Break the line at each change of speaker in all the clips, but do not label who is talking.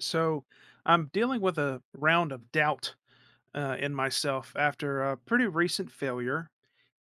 So I'm dealing with a round of doubt in myself after a pretty recent failure.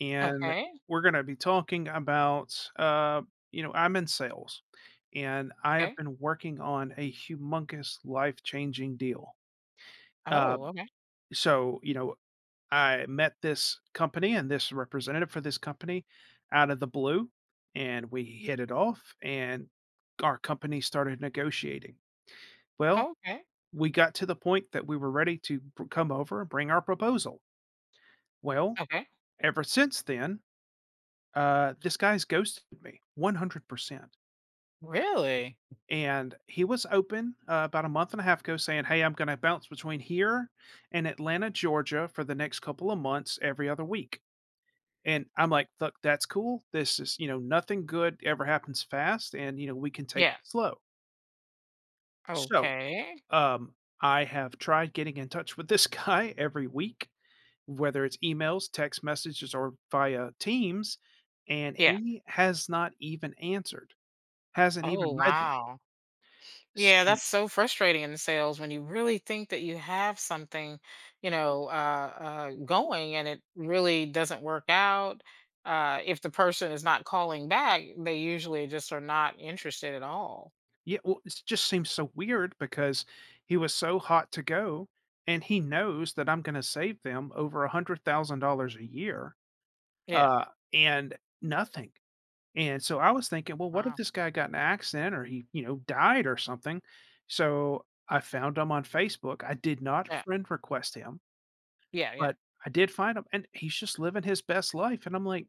And
Okay,
we're going to be talking about, I'm in sales and I have
okay.
been working on a humongous life changing deal. Uh,
Oh, okay.
so, you know, I met this company and this representative for this company out of the blue, and we hit it off, and our company started negotiating. Well,
Okay,
we got to the point that we were ready to come over and bring our proposal. Well,
okay.
ever since then, this guy's ghosted me 100%.
Really?
And he was open about a month and a half ago saying, "Hey, I'm going to bounce between here and Atlanta, Georgia for the next couple of months every other week." And I'm like, "Look, that's cool. This is, you know, nothing good ever happens fast. And, you know, we can take
Yeah.
it slow." So
Okay.
um, I have tried getting in touch with this guy every week, whether it's emails, text messages, or via Teams, and
Yeah.
he has not even answered, hasn't
Oh,
even read them.
wow. Yeah,
So,
that's so frustrating in sales when you really think that you have something, going and it really doesn't work out. If the person is not calling back, they usually just are not interested at all.
yeah, well, it just seems so weird because he was so hot to go, and he knows that I'm gonna save them over $100,000 a year,
Yeah.
uh, and nothing. And so I was thinking, well, what if
Wow.
this guy got in an accident or he, you know, died or something? So I found him on Facebook. I did not
Yeah.
friend request him.
Yeah. Yeah.
But I did find him, and he's just living his best life, and I'm like,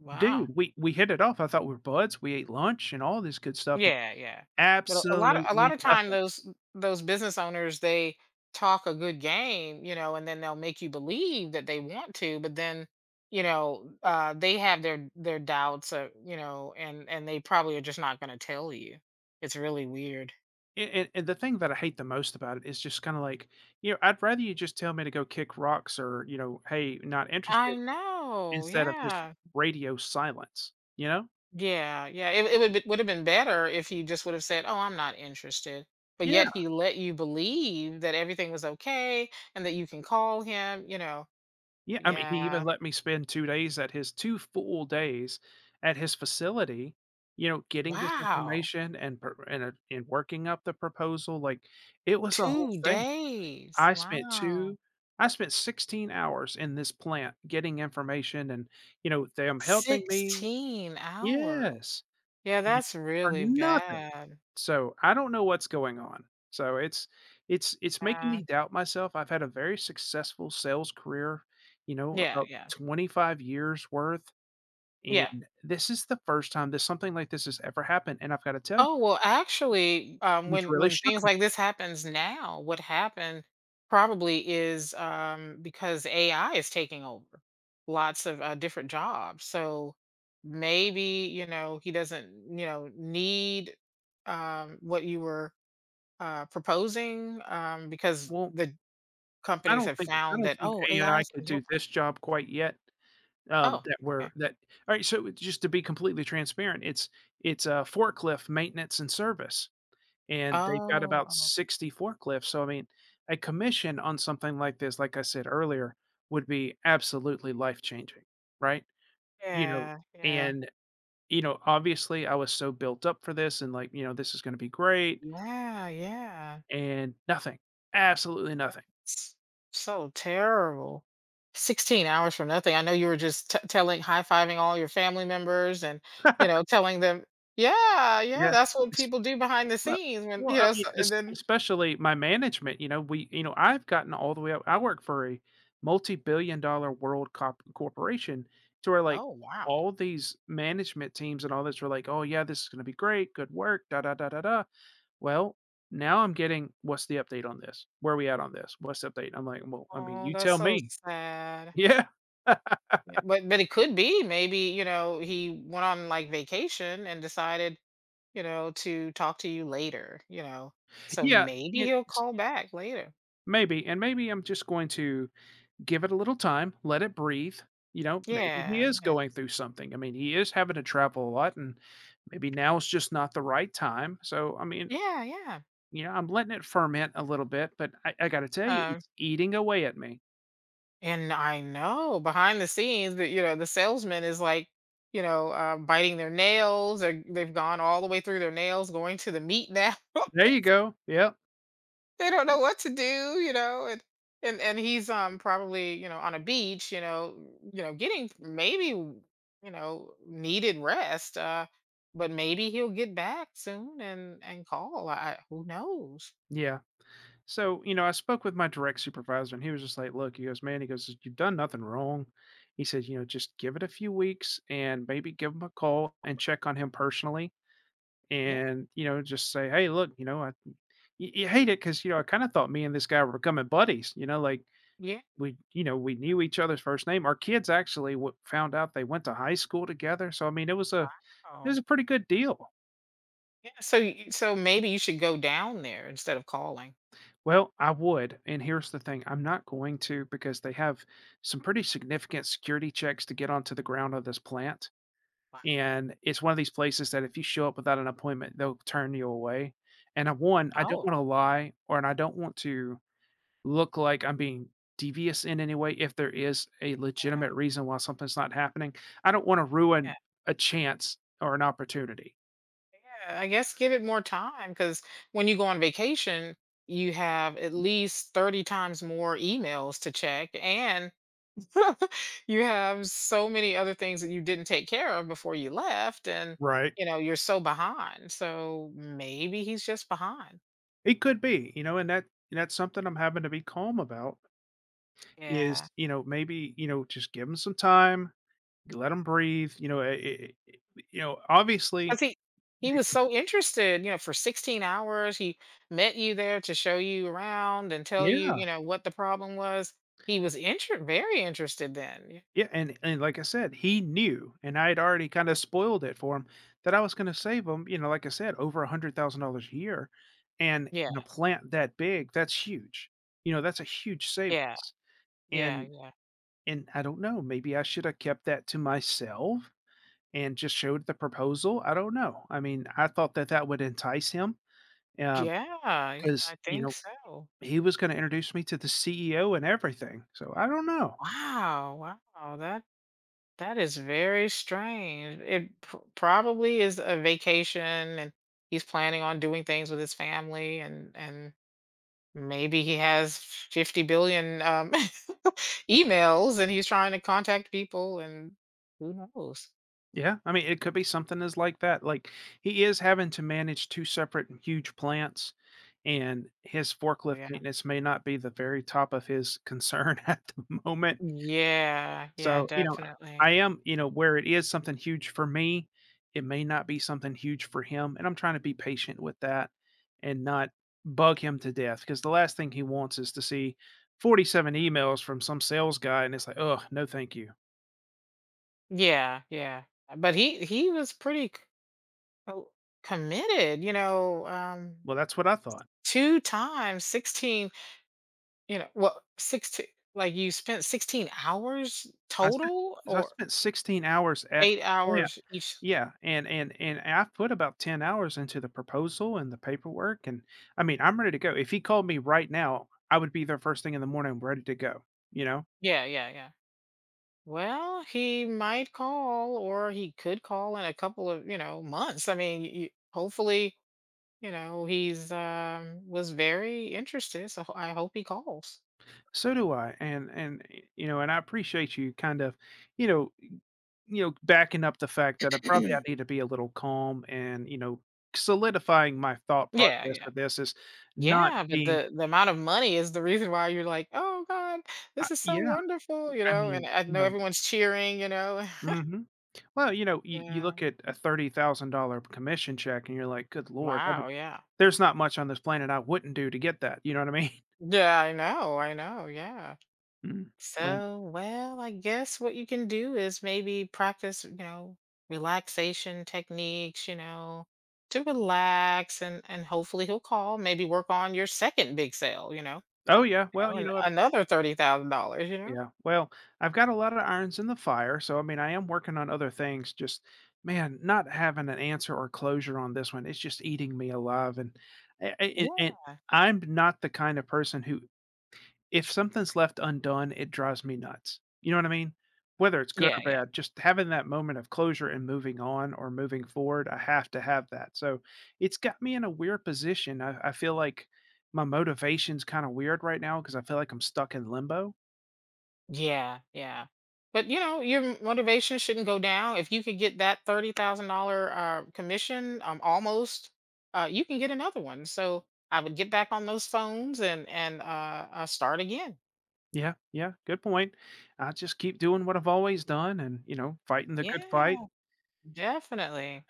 Wow.
"Dude, we hit it off. I thought we were buds. We ate lunch and all this good stuff, and
Yeah, yeah. But a lot of
absolutely
time
nothing."
those business owners, they talk a good game, and then they'll make you believe that they want to, but then, they have their doubts, and they probably are just not going to tell you. It's really weird.
And the thing that I hate the most about it is just kinda like, you know, I'd rather you just tell me to go kick rocks or, you know, "Hey, not
I
interested,"
know.
instead of just
Yeah.
radio silence, you know?
Yeah, yeah. It would have been better if he just would have said, "Oh, I'm not interested." But yet he let you believe that everything was okay and that you can call him.
Yeah, I mean, he even
Yeah.
let me spend two days at his two full days at his facility, you know, getting this
Wow,
information and and working up the proposal, like, it was a whole
2
thing.
days,
I spent
wow,
2 I spent sixteen hours in this plant getting information and, you know, them helping me.
16 hours.
Yes.
Yeah,
Mhm.
that's
For
really
nothing.
bad.
So, I don't know what's going on. So, it's making
Yeah,
me doubt myself. I've had a very successful sales career, you know,
yeah,
about
yeah,
twenty-five years worth,
yeah.
and this is the first time that something like this has ever happened, and I've gotta tell you,
Oh, well, actually,
it has
when
really
when things
shook me.
like this happens now, what happened probably is, because AI is taking over lots of, different jobs, so maybe, he doesn't, need, what you were proposing because
Well,
the
I
companies
don't
have
think I
found
don't
that
think
oh
AI
AIs
could
can
do
help.
this job quite yet,
Oh,
that we're
okay.
that Alright, so just to be completely transparent, it's forklift maintenance and service. And they've got
Oh,
about
oh,
sixty forklifts. So, I mean, a commission on something like this, like I said earlier, would be absolutely life changing, right? You know,
yeah, yeah,
and, you know, obviously I was so built up for this and like, you know, this is going to be great
yeah, yeah.
and nothing, absolutely nothing.
That's so terrible. 16 hours for nothing. I know you were just telling, high fiving all your family members and, telling them, yeah, yeah,
Yeah.
that's what people do behind the
Well
scenes when,
well, I mean,
so, and
es
then,
especially my management, you know, I've gotten all the way up. I work for a multi-billion dollar world cop corporation to where, like,
oh, wow.
all these management teams and all this were like, "Oh, yeah, this is gonna be great, good work, da, da, da, da, da." Well, now I'm getting, "What's the update on this? Where are we at on this? What's the update?" I'm like, "Well, I mean,
Oh,
you
that's
tell
so
me."
sad.
Yeah.
Yeah, but it could be. Maybe he went on like vacation and decided, to talk to you later, so
Yeah,
maybe
and
he'll
s
call back later.
Maybe, and maybe I'm just going to give it a little time, let it breathe. You know, maybe he
Yeah,
is
yeah,
going through something. I mean, he is having to travel a lot, and maybe now is just not the right time. So, I mean,
yeah, yeah.
you know, I'm letting it ferment a little bit, but I got to tell you,
um
it's eating away at me.
and I know behind the scenes that, the salesman is like, biting their nails or they've gone all the way through their nails going to the meat now.
There you go. Yep.
They don't know what to do, and and he's probably, on a beach, getting maybe, needed rest, but maybe he'll get back soon and call. I who knows?
Yeah. So, you know, I spoke with my direct supervisor, and he was just like, "Look," he goes, "man," he goes, "you've done nothing wrong." He said, "You know, just give it a few weeks and maybe give him a call and check on him personally
Yeah,
and, you know, just say, 'Hey, look, you know I you, you hate it because, you know, I kind of thought me and this guy were becoming buddies, you know, like
yeah,
we, you know, we knew each other's first name. Our kids actually found out they went to high school together, so I mean it
wow,
was a pretty good deal.'"
yeah. So so maybe you should go down there instead of calling.
Well, I would, and here's the thing, I'm not going to, because they have some pretty significant security checks to get onto the ground of this plant,
Wow.
and it's one of these places that if you show up without an appointment, they'll turn you away. And I don't want
Oh,
to lie, or and I don't want to look like I'm being devious in any way if there is a legitimate
yeah.
reason why something's not happening. I don't want to ruin a chance or an opportunity.
Yeah, I guess give it more time because when you go on vacation, you have at least 30 times more emails to check, and you have so many other things that you didn't take care of before you left, and,
Right.
you're so behind. So maybe he's just behind.
It could be, you know, and that's something I'm having to be calm about
Yeah.
is, you know, maybe, you know, just give them some time, let them breathe, you know, eh, eh, eh, eh, you know, obviously
Because he
the,
was so interested, for 16 hours. He met you there to show you around and tell you,
the
what the problem was. He was very interested then.
Yeah, and like I said, he knew, and I had already kind of spoiled it for him that I was going to save him, you know, like I said, over a $100,000 a year. And
Yeah.
in a plant that big, that's huge. You know, that's a huge savings.
Yeah. Yeah,
And
yeah.
and I don't know, maybe I should have kept that to myself and just showed the proposal. I don't know. I mean, I thought that that would entice him
Yeah, yeah,
because,
I
you
think
know,
so.
he was going to introduce me to the CEO and everything. So I don't know.
Wow, wow, that is very strange. It pr probably is a vacation, and he's planning on doing things with his family, and maybe he has 50 billion emails, and he's trying to contact people, and who knows.
Yeah, I mean, it could be something as like that. Like, he is having to manage two separate huge plants, and his
Oh,
forklift
yeah.
maintenance may not be the very top of his concern at the moment.
Yeah, yeah,
So, you know, I
definitely.
am, you know, where it is something huge for me, it may not be something huge for him, and I'm trying to be patient with that and not bug him to death, because the last thing he wants is to see forty-seven emails from some sales guy, and it's like, "Oh no, thank you."
Yeah, yeah. But he was pretty. Oh, committed,
Well, that's what I thought.
two times 16. Well, 16, like you spent 16 hours
I spent
total
I
or
spent sixteen hours at
eight
his plant.
hours each.
Yeah, and I put about ten hours into the proposal and the paperwork, and, I mean, I'm ready to go. If he called me right now, I would be there first thing in the morning ready to go, you know?
Yeah, yeah, yeah. Well, he might call, or he could call in a couple of, months. I mean, hopefully, he's was very interested, so I hope he calls.
So do I, and, y you know, and I appreciate you kind of, you know backing up the fact that I probably
Yeah,
I need to be a little calm and, you know, solidifying my thought process
yeah.
for this, is not
Yeah, but
being
the amount of money is the reason why you're like, "Oh god,
I
this is so
yeah,
wonderful,"
I
and
mean,
I know everyone's cheering.
Mhm. Well, you know, you
Yeah.
look at a $30,000 commission check and you're like, "Good lord, I would
Wow, yeah.
there's not much on this planet I wouldn't do to get that," you know what I mean?
Yeah, I know, yeah.
Mm, well
So, well, I guess what you can do is maybe practice, relaxation techniques, to relax and hopefully he'll call, maybe work on your second big sale,
oh, yeah,
and another $30,000?
well, I've got a lot of irons in the fire, so, I mean, I am working on other things, just, man, not having an answer or closure on this one, it's just eating me alive, and I
Yeah.
and I'm not the kind of person who if something's left undone, it drives me nuts. You know what I mean? Whether it's good
Yeah,
or
yeah.
bad, just having that moment of closure and moving on or moving forward, I have to have that. So it's got me in a weird position. I feel like my motivation's kind of weird right now because I feel like I'm stuck in limbo.
Yeah, yeah. But your motivation shouldn't go down. If you could get that $30,000 commission, almost, you can get another one. So I would get back on those phones and and start again.
Yeah, yeah, good point. I just keep doing what I've always done and, you know, fighting the
Yeah,
good fight.
definitely.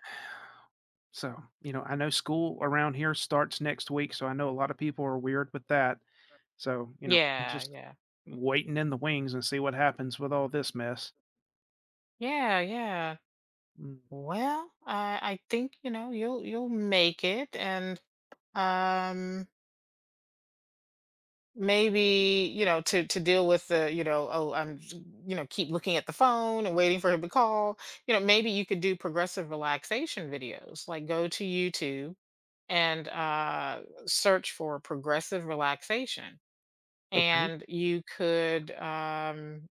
So, you know, I know school around here starts next week. So I know a lot of people are weird with that. So, you know, I'm
Yeah,
just
yeah,
waiting in the wings and see what happens with all this mess.
yeah, yeah.
Mm,
Well, I think, you'll make it, and um maybe, to deal with the, oh I'm, keep looking at the phone and waiting for him to call, maybe you could do progressive relaxation videos, like go to YouTube and search for progressive relaxation,
okay,
and you could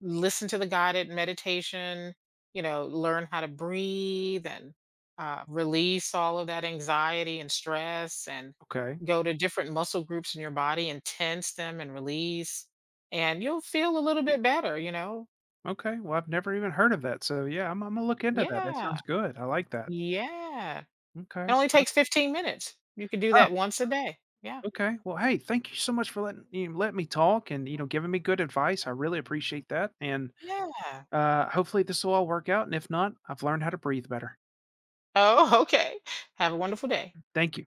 listen to the guided meditation, learn how to breathe and release all of that anxiety and stress, and
okay,
go to different muscle groups in your body and tense them and release, and you'll feel a little bit better.
okay. Well, I've never even heard of that. So, yeah, I'm gonna look into that. That
Yeah,
sounds good. I like that.
yeah, it
Okay.
only takes 15 minutes. You could do
Oh,
that once a day. Yeah,
okay. Well, hey, thank you so much for letting, you know, let me talk and, you know, giving me good advice. I really appreciate that. And
yeah.
hopefully this will all work out. And if not, I've learned how to breathe better.
Oh, okay. Have a wonderful day.
Thank you.